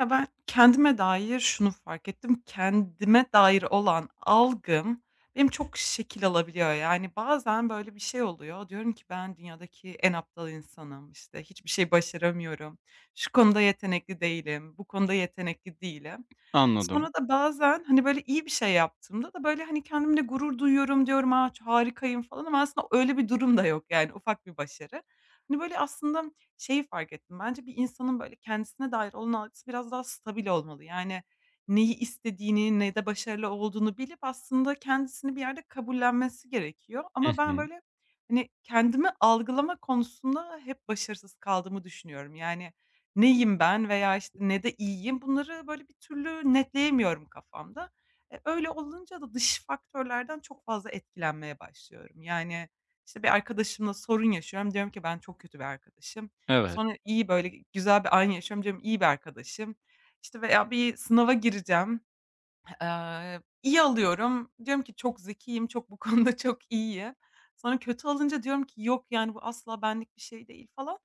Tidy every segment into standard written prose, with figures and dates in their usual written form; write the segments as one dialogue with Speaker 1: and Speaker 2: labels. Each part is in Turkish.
Speaker 1: Ya, ben kendime dair şunu fark ettim, kendime dair olan algım benim çok şekil alabiliyor. Yani, bazen böyle bir şey oluyor, diyorum ki ben dünyadaki en aptal insanım, işte, hiçbir şey başaramıyorum, şu konuda yetenekli değilim, bu konuda yetenekli değilim. Sonra
Speaker 2: Anladım.
Speaker 1: da bazen, hani, böyle iyi bir şey yaptığımda da böyle, hani, kendimle gurur duyuyorum, diyorum, "A, harikayım." falan ama aslında öyle bir durum da yok, yani, ufak bir başarı. Hani, böyle aslında şeyi fark ettim. Bence bir insanın böyle kendisine dair olan algısı biraz daha stabil olmalı. Yani neyi istediğini, ne de başarılı olduğunu bilip aslında kendisini bir yerde kabullenmesi gerekiyor.
Speaker 2: Hı
Speaker 1: Ama ben
Speaker 2: hı.
Speaker 1: böyle, hani, kendimi algılama konusunda hep başarısız kaldığımı düşünüyorum. Yani neyim ben veya, işte, ne de iyiyim bunları böyle bir türlü netleyemiyorum kafamda. E, öyle olunca da dış faktörlerden çok fazla etkilenmeye başlıyorum. Yani, işte, bir arkadaşımla sorun yaşıyorum. Diyorum ki ben çok kötü bir arkadaşım.
Speaker 2: Evet,
Speaker 1: Sonra iyi, böyle, güzel bir an yaşıyorum. Diyorum iyi bir arkadaşım. İşte veya bir sınava gireceğim. İyi alıyorum. Diyorum ki çok zekiyim, çok bu konuda çok iyiyim. Sonra kötü alınca diyorum ki yok, yani, bu asla benlik bir şey değil falan.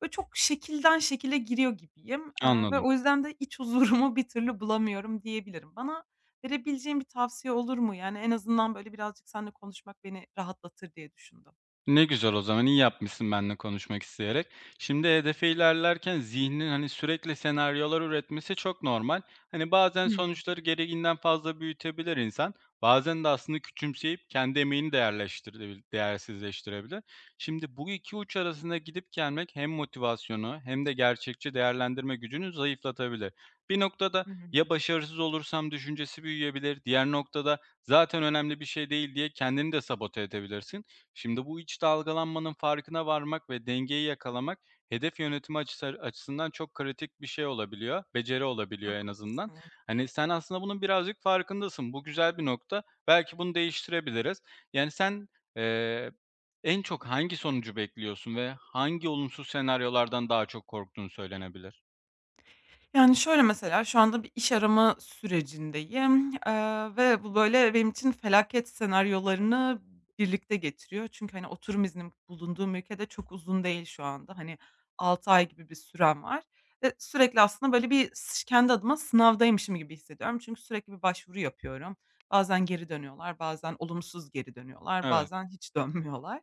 Speaker 1: Böyle çok şekilden şekile giriyor gibiyim, ve
Speaker 2: anladım.
Speaker 1: o yüzden de iç huzurumu bir türlü bulamıyorum diyebilirim. Bana verebileceğin bir tavsiye olur mu? Yani en azından böyle birazcık seninle konuşmak beni rahatlatır diye düşündüm.
Speaker 2: Ne güzel o zaman, iyi yapmışsın benimle konuşmak isteyerek. Şimdi hedefe ilerlerken zihnin, hani, sürekli senaryolar üretmesi çok normal. Hani, bazen
Speaker 1: Hımm.
Speaker 2: sonuçları gereğinden fazla büyütebilir insan, bazen de aslında küçümseyip kendi emeğini değerleştirebilir, değersizleştirebilir. Şimdi bu 2 uç arasında gidip gelmek hem motivasyonu hem de gerçekçi değerlendirme gücünü zayıflatabilir. Bir noktada
Speaker 1: Hı hı.
Speaker 2: "Ya başarısız olursam?" düşüncesi büyüyebilir, diğer noktada "Zaten önemli bir şey değil." diye kendini de sabote edebilirsin. Şimdi bu iç dalgalanmanın farkına varmak ve dengeyi yakalamak hedef yönetimi açısı açısından çok kritik bir şey olabiliyor, beceri olabiliyor en azından.
Speaker 1: Haklısın.
Speaker 2: Hani sen aslında bunun birazcık farkındasın. Bu güzel bir nokta. Belki bunu değiştirebiliriz. Yani sen, eee, en çok hangi sonucu bekliyorsun ve hangi olumsuz senaryolardan daha çok korktuğun söylenebilir?
Speaker 1: Yani, şöyle mesela, şu anda bir iş arama sürecindeyim, ve bu, böyle, benim için felaket senaryolarını birlikte getiriyor. Çünkü, hani, oturum iznim bulunduğum ülkede çok uzun değil şu anda. Hani, 6 ay gibi bir sürem var ve sürekli aslında, böyle, bir s kendi adıma sınavdaymışım gibi hissediyorum. Çünkü sürekli bir başvuru yapıyorum. Bazen geri dönüyorlar, bazen olumsuz geri dönüyorlar,
Speaker 2: Evet.
Speaker 1: bazen hiç dönmüyorlar.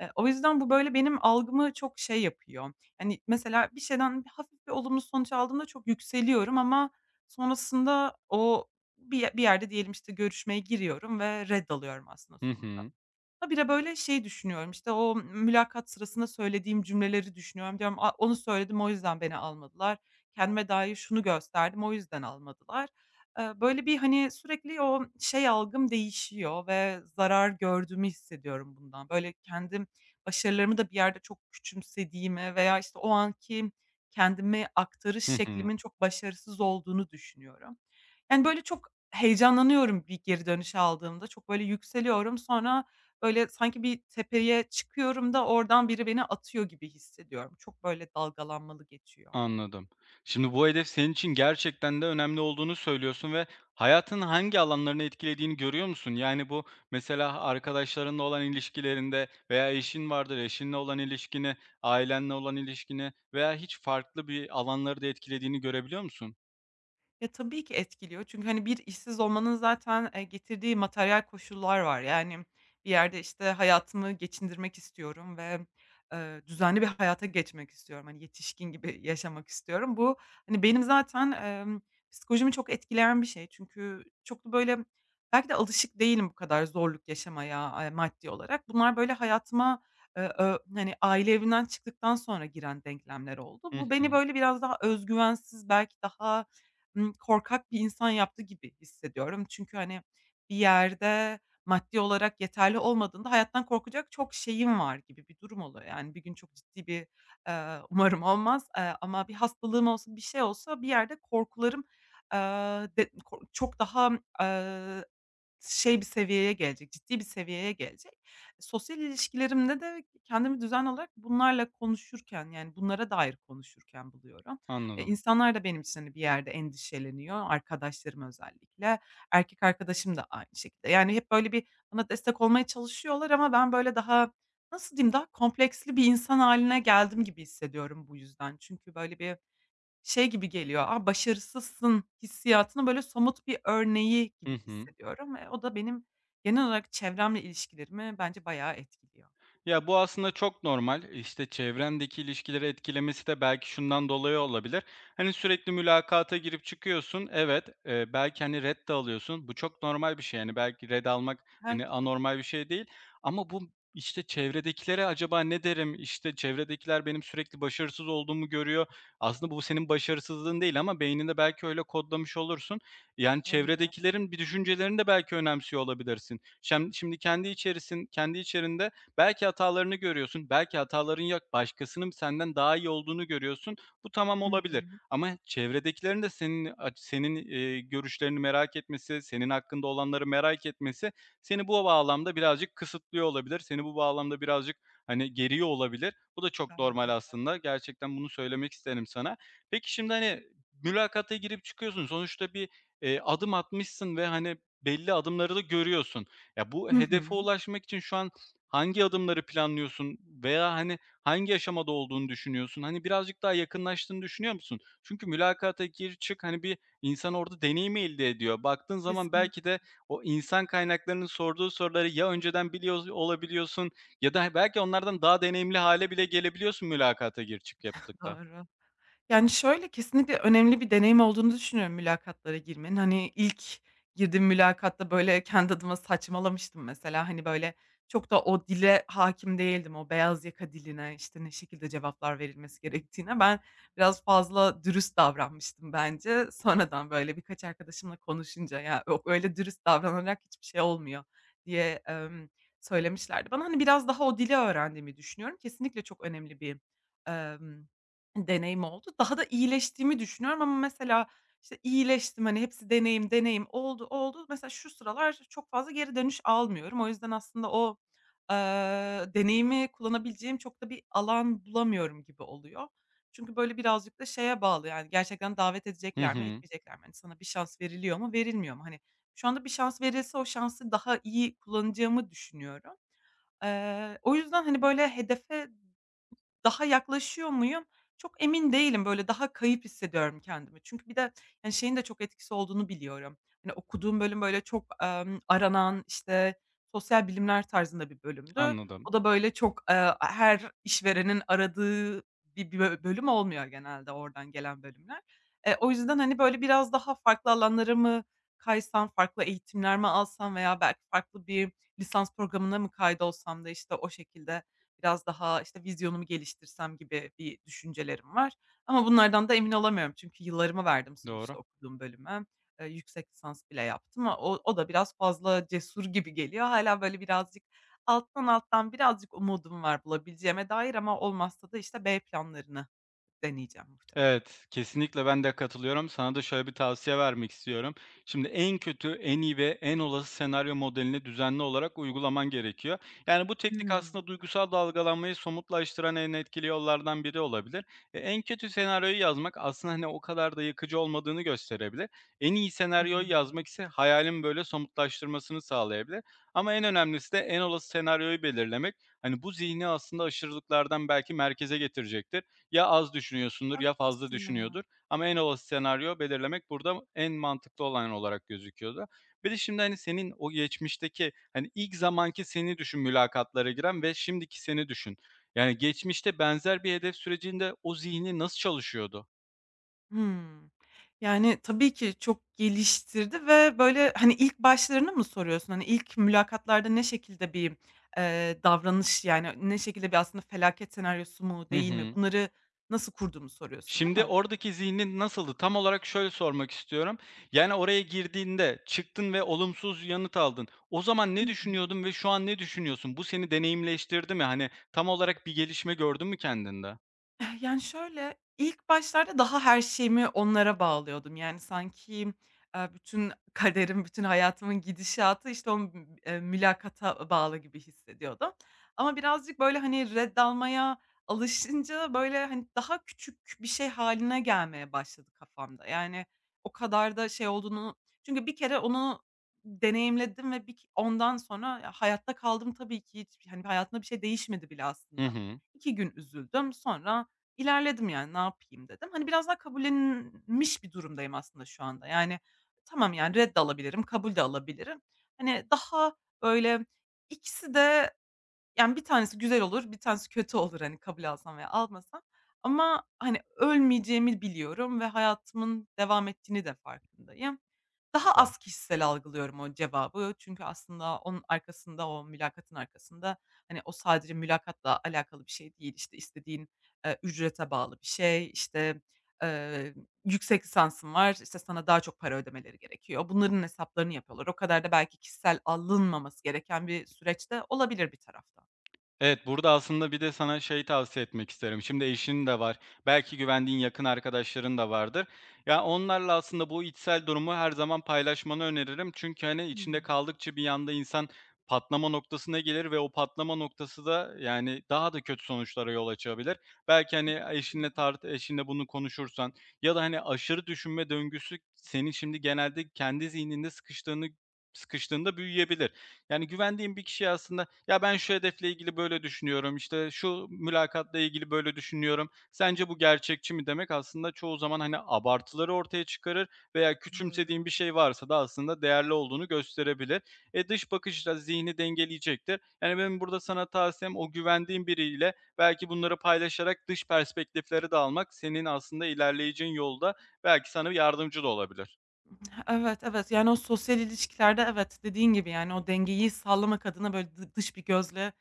Speaker 1: O yüzden bu, böyle, benim algımı çok şey yapıyor. Hani, mesela bir şeyden hafif bir olumlu sonuç aldığımda çok yükseliyorum ama sonrasında o bir yerde diyelim, işte, görüşmeye giriyorum ve red alıyorum aslında
Speaker 2: Hı
Speaker 1: sonuç.
Speaker 2: hı.
Speaker 1: Habire böyle şey düşünüyorum, işte, o mülakat sırasında söylediğim cümleleri düşünüyorum. Diyorum, "A, onu söyledim, o yüzden beni almadılar. Kendime dair şunu gösterdim, o yüzden almadılar." Böyle bir, hani, sürekli o şey algım değişiyor ve zarar gördüğümü hissediyorum bundan. Böyle kendim başarılarımı da bir yerde çok küçümsediğimi veya, işte, o anki kendime aktarış
Speaker 2: Hı hı.
Speaker 1: şeklimin çok başarısız olduğunu düşünüyorum. Yani, böyle, çok heyecanlanıyorum bir geri dönüş aldığımda. Çok, böyle, yükseliyorum. Sonra, böyle, sanki bir tepeye çıkıyorum da oradan biri beni atıyor gibi hissediyorum. Çok, böyle, dalgalanmalı geçiyor.
Speaker 2: Anladım. Şimdi bu hedef senin için gerçekten de önemli olduğunu söylüyorsun ve hayatın hangi alanlarını etkilediğini görüyor musun? Yani bu mesela arkadaşlarınla olan ilişkilerinde veya eşin vardır, eşinle olan ilişkini, ailenle olan ilişkini veya hiç farklı bir alanları da etkilediğini görebiliyor musun?
Speaker 1: Ya, tabii ki etkiliyor. Çünkü, hani, bir işsiz olmanın zaten, getirdiği materyal koşullar var. Yani, bir yerde, işte, hayatımı geçindirmek istiyorum ve, düzenli bir hayata geçmek istiyorum. Hani, yetişkin gibi yaşamak istiyorum. Bu, hani, benim zaten, psikolojimi çok etkileyen bir şey. Çünkü çok da, böyle, belki de alışık değilim bu kadar zorluk yaşamaya, maddi olarak. Bunlar, böyle, hayatıma, ö hani, aile evinden çıktıktan sonra giren denklemler oldu.
Speaker 2: Hı
Speaker 1: Bu
Speaker 2: hı.
Speaker 1: beni, böyle, biraz daha özgüvensiz belki daha korkak bir insan yaptı gibi hissediyorum. Çünkü, hani, bir yerde maddi olarak yeterli olmadığında hayattan korkacak çok şeyim var gibi bir durum oluyor. Yani, bir gün çok ciddi bir, umarım olmaz, ama bir hastalığım olsa, bir şey olsa bir yerde korkularım, eee, de ko çok daha, şey bir seviyeye gelecek, ciddi bir seviyeye gelecek. Sosyal ilişkilerimde de kendimi düzenli olarak bunlarla konuşurken, yani bunlara dair konuşurken buluyorum. E,
Speaker 2: Anladım.
Speaker 1: insanlar da benim için, hani, bir yerde endişeleniyor, arkadaşlarım özellikle. Erkek arkadaşım da aynı şekilde. Yani hep böyle bir bana destek olmaya çalışıyorlar ama ben böyle daha, nasıl diyeyim, daha kompleksli bir insan haline geldim gibi hissediyorum bu yüzden. Çünkü böyle bir şey gibi geliyor, "A, başarısızsın." hissiyatının böyle somut bir örneği
Speaker 2: Hı
Speaker 1: gibi
Speaker 2: hı.
Speaker 1: hissediyorum. O da benim genel olarak çevremle ilişkilerimi bence bayağı etkiliyor.
Speaker 2: Ya, bu aslında çok normal. İşte, çevrendeki ilişkileri etkilemesi de belki şundan dolayı olabilir. Hani, sürekli mülakata girip çıkıyorsun. Evet, belki, hani, red de alıyorsun. Bu çok normal bir şey. Yani belki red almak, hani,
Speaker 1: Belki de
Speaker 2: anormal bir şey değil ama bu, işte, çevredekilere acaba ne derim? İşte, çevredekiler benim sürekli başarısız olduğumu görüyor. Aslında bu senin başarısızlığın değil ama beyninde belki öyle kodlamış olursun. Yani,
Speaker 1: öyle.
Speaker 2: çevredekilerin bir düşüncelerini de belki önemsiyor olabilirsin. Şem şimdi kendi içerisin kendi içerinde belki hatalarını görüyorsun, belki hataların yok. Başkasının senden daha iyi olduğunu görüyorsun. Bu tamam
Speaker 1: Hı hı.
Speaker 2: olabilir ama çevredekilerin de senin aç senin, görüşlerini merak etmesi, senin hakkında olanları merak etmesi seni bu bağlamda birazcık kısıtlıyor olabilir. Seni bu bağlamda birazcık, hani, geriyor olabilir. Bu da çok
Speaker 1: Bence
Speaker 2: normal
Speaker 1: de.
Speaker 2: aslında. Gerçekten bunu söylemek isterim sana. Peki şimdi, hani, mülakata girip çıkıyorsun. Sonuçta bir, adım atmışsın ve, hani, belli adımları da görüyorsun. Ya, bu
Speaker 1: Hı
Speaker 2: hedefe
Speaker 1: hı.
Speaker 2: ulaşmak için şu an hangi adımları planlıyorsun veya, hani, hangi aşamada olduğunu düşünüyorsun? Hani, birazcık daha yakınlaştığını düşünüyor musun? Çünkü mülakata gir çık, hani, bir insan orada deneyimi elde ediyor. Baktığın zaman belki
Speaker 1: Kesinlikle.
Speaker 2: de o insan kaynaklarının sorduğu soruları ya önceden biliyor olabiliyorsun ya da belki onlardan daha deneyimli hale bile gelebiliyorsun mülakata gir çık yaptıkta.
Speaker 1: Doğru. Yani, şöyle, kesinlikle önemli bir deneyim olduğunu düşünüyorum mülakatlara girmenin. Hani, ilk girdiğim mülakatta, böyle, kendi adıma saçmalamıştım mesela. Hani, böyle, çok da o dile hâkim değildim. O beyaz yaka diline, işte, ne şekilde cevaplar verilmesi gerektiğine. Ben biraz fazla dürüst davranmıştım bence. Sonradan, böyle, birkaç arkadaşımla konuşunca, "Ya, o öyle dürüst davranarak hiçbir şey olmuyor." diye, söylemişlerdi bana. Hani, biraz daha o dili öğrendiğimi düşünüyorum. Kesinlikle çok önemli bir, emm, deneyim oldu. Daha da iyileştiğimi düşünüyorum ama mesela, işte, iyileştim, hani, hepsi deneyim, oldu. Mesela şu sıralar çok fazla geri dönüş almıyorum. O yüzden aslında o, eee, deneyimi kullanabileceğim çok da bir alan bulamıyorum gibi oluyor. Çünkü, böyle, birazcık da şeye bağlı, yani, gerçekten davet
Speaker 2: Hı
Speaker 1: edecekler mi,
Speaker 2: hı.
Speaker 1: etmeyecekler mi? Hani, sana bir şans veriliyor mu, verilmiyor mu? Hani, şu anda bir şans verilse o şansı daha iyi kullanacağımı düşünüyorum. O yüzden, hani, böyle, hedefe daha yaklaşıyor muyum? Çok emin değilim, böyle, daha kayıp hissediyorum kendimi. Çünkü bir de, hani, şeyin de çok etkisi olduğunu biliyorum. Hani, okuduğum bölüm, böyle, çok, aranan, işte, sosyal bilimler tarzında bir bölümdü.
Speaker 2: Anladım.
Speaker 1: O da, böyle, çok, her işverenin aradığı bir bir bö bölüm olmuyor genelde oradan gelen bölümler. O yüzden, hani, böyle, biraz daha farklı alanlara mı kaysam, farklı eğitimler mi alsam veya belki farklı bir lisans programına mı kaydolsam da, işte, o şekilde biraz daha, işte, vizyonumu geliştirsem gibi bir düşüncelerim var ama bunlardan da emin olamıyorum. Çünkü yıllarımı verdim
Speaker 2: Doğru.
Speaker 1: sonuçta okuduğum bölüme. Yüksek lisans bile yaptım. Ama o da biraz fazla cesur gibi geliyor. Hala böyle birazcık alttan alttan birazcık umudum var bulabileceğime dair ama olmazsa da, işte, B planlarını deneyeceğim muhtemelen.
Speaker 2: Evet, kesinlikle ben de katılıyorum. Sana da şöyle bir tavsiye vermek istiyorum. Şimdi en kötü, en iyi ve en olası senaryo modelini düzenli olarak uygulaman gerekiyor. Yani bu teknik
Speaker 1: Hımm.
Speaker 2: aslında duygusal dalgalanmayı somutlaştıran en etkili yollardan biri olabilir. E, en kötü senaryoyu yazmak aslında hani o kadar da yıkıcı olmadığını gösterebilir. En iyi senaryoyu
Speaker 1: Hımm.
Speaker 2: yazmak ise hayalin böyle somutlaştırmasını sağlayabilir. Ama en önemlisi de en olası senaryoyu belirlemek. Hani bu zihni aslında aşırılıklardan belki merkeze getirecektir ya az düşünüyorsundur ya fazla
Speaker 1: Haklısın.
Speaker 2: düşünüyordur ama en olası senaryo belirlemek burada en mantıklı olan olarak gözüküyordu. Bir de şimdi, hani, senin o geçmişteki, hani, ilk zamanki seni düşün mülakatlara giren ve şimdiki seni düşün. Yani, geçmişte benzer bir hedef sürecinde o zihnin nasıl çalışıyordu?
Speaker 1: Hımm. Yani, tabii ki çok geliştirdi ve, böyle, hani, ilk başlarını mı soruyorsun? Hani, ilk mülakatlarda ne şekilde bir, davranış, yani, ne şekilde bir aslında felaket senaryosu mu
Speaker 2: Hı
Speaker 1: değil mi?
Speaker 2: hı.
Speaker 1: Bunları nasıl kurduğunu soruyorsun,
Speaker 2: Şimdi
Speaker 1: değil mi?
Speaker 2: oradaki zihnin nasıldı? Tam olarak şöyle sormak istiyorum. Yani oraya girdiğinde çıktın ve olumsuz yanıt aldın. O zaman ne
Speaker 1: Hı hı.
Speaker 2: düşünüyordun ve şu an ne düşünüyorsun? Bu seni deneyimleştirdi mi? Hani tam olarak bir gelişme gördün mü kendinde?
Speaker 1: Eh, yani, şöyle, ilk başlarda daha her şeyimi onlara bağlıyordum. Yani, sanki, bütün kaderim, bütün hayatımın gidişatı, işte, o, mülakata bağlı gibi hissediyordum. Ama birazcık, böyle, hani, reddalmaya alışınca, böyle, hani, daha küçük bir şey haline gelmeye başladı kafamda. Yani, o kadar da şey olduğunu. Çünkü bir kere onu deneyimledim ve bir ondan sonra ya, hayatta kaldım tabii ki hiç, hani, hayatımda bir şey değişmedi bile
Speaker 2: Hı
Speaker 1: aslında.
Speaker 2: hı.
Speaker 1: 2 gün üzüldüm, sonra İlerledim yani, ne yapayım dedim. Hani, biraz daha kabullenmiş bir durumdayım aslında şu anda. Yani, tamam, yani, red de alabilirim, kabul de alabilirim. Hani, daha, böyle, ikisi de yani, bir tanesi güzel olur, bir tanesi kötü olur, hani, kabul alsam veya almasam ama, hani, ölmeyeceğimi biliyorum ve hayatımın devam ettiğini de farkındayım. Daha az kişisel algılıyorum o cevabı çünkü aslında onun arkasında, o mülakatın arkasında, hani, o sadece mülakatla alakalı bir şey değil. İşte, istediğin, ücrete bağlı bir şey, işte, eee, yüksek lisansın var, işte, sana daha çok para ödemeleri gerekiyor. Bunların hesaplarını yapıyorlar. O kadar da belki kişisel alınmaması gereken bir süreçte olabilir bir taraftan.
Speaker 2: Evet, burada aslında bir de sana şey tavsiye etmek isterim. Şimdi eşin de var. Belki güvendiğin yakın arkadaşların da vardır. Ya onlarla aslında bu içsel durumu her zaman paylaşmanı öneririm. Çünkü hani içinde
Speaker 1: Hımm.
Speaker 2: kaldıkça bir yanda insan patlama noktasına gelir ve o patlama noktası da yani daha da kötü sonuçlara yol açabilir. Belki hani eşinle tart eşinle bunu konuşursan ya da hani aşırı düşünme döngüsü senin şimdi genelde kendi zihninde sıkıştığını sıkıştığında büyüyebilir. Yani güvendiğin bir kişiye aslında, "Ya, ben şu hedefle ilgili böyle düşünüyorum, işte, şu mülakatla ilgili böyle düşünüyorum, sence bu gerçekçi mi?" demek aslında çoğu zaman, hani, abartıları ortaya çıkarır veya küçümsediğin bir
Speaker 1: Anlıyorum.
Speaker 2: şey varsa da aslında değerli olduğunu gösterebilir. E, dış bakışla da zihni dengeleyecektir. Yani benim burada sana tavsiyem o güvendiğin biriyle belki bunları paylaşarak dış perspektifleri de almak senin aslında ilerleyeceğin yolda belki sana yardımcı da olabilir.
Speaker 1: Evet, evet, yani, o sosyal ilişkilerde evet, dediğin gibi, yani, o dengeyi sağlamak adına, böyle, dış bir gözle,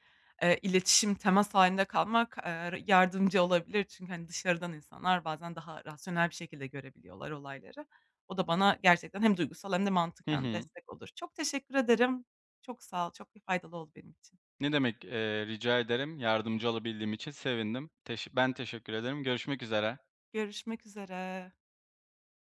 Speaker 1: iletişim, temas hâlinde kalmak, yardımcı olabilir. Çünkü, hani, dışarıdan insanlar bazen daha rasyonel bir şekilde görebiliyorlar olayları. O da bana gerçekten hem duygusal hem de
Speaker 2: Hı
Speaker 1: mantıken
Speaker 2: hı.
Speaker 1: destek olur. Çok teşekkür ederim. Çok sağ ol. Çok faydalı oldu benim için.
Speaker 2: Ne demek, rica ederim. Yardımcı olabildiğim için sevindim. Teş ben teşekkür ederim. Görüşmek üzere.
Speaker 1: Görüşmek üzere.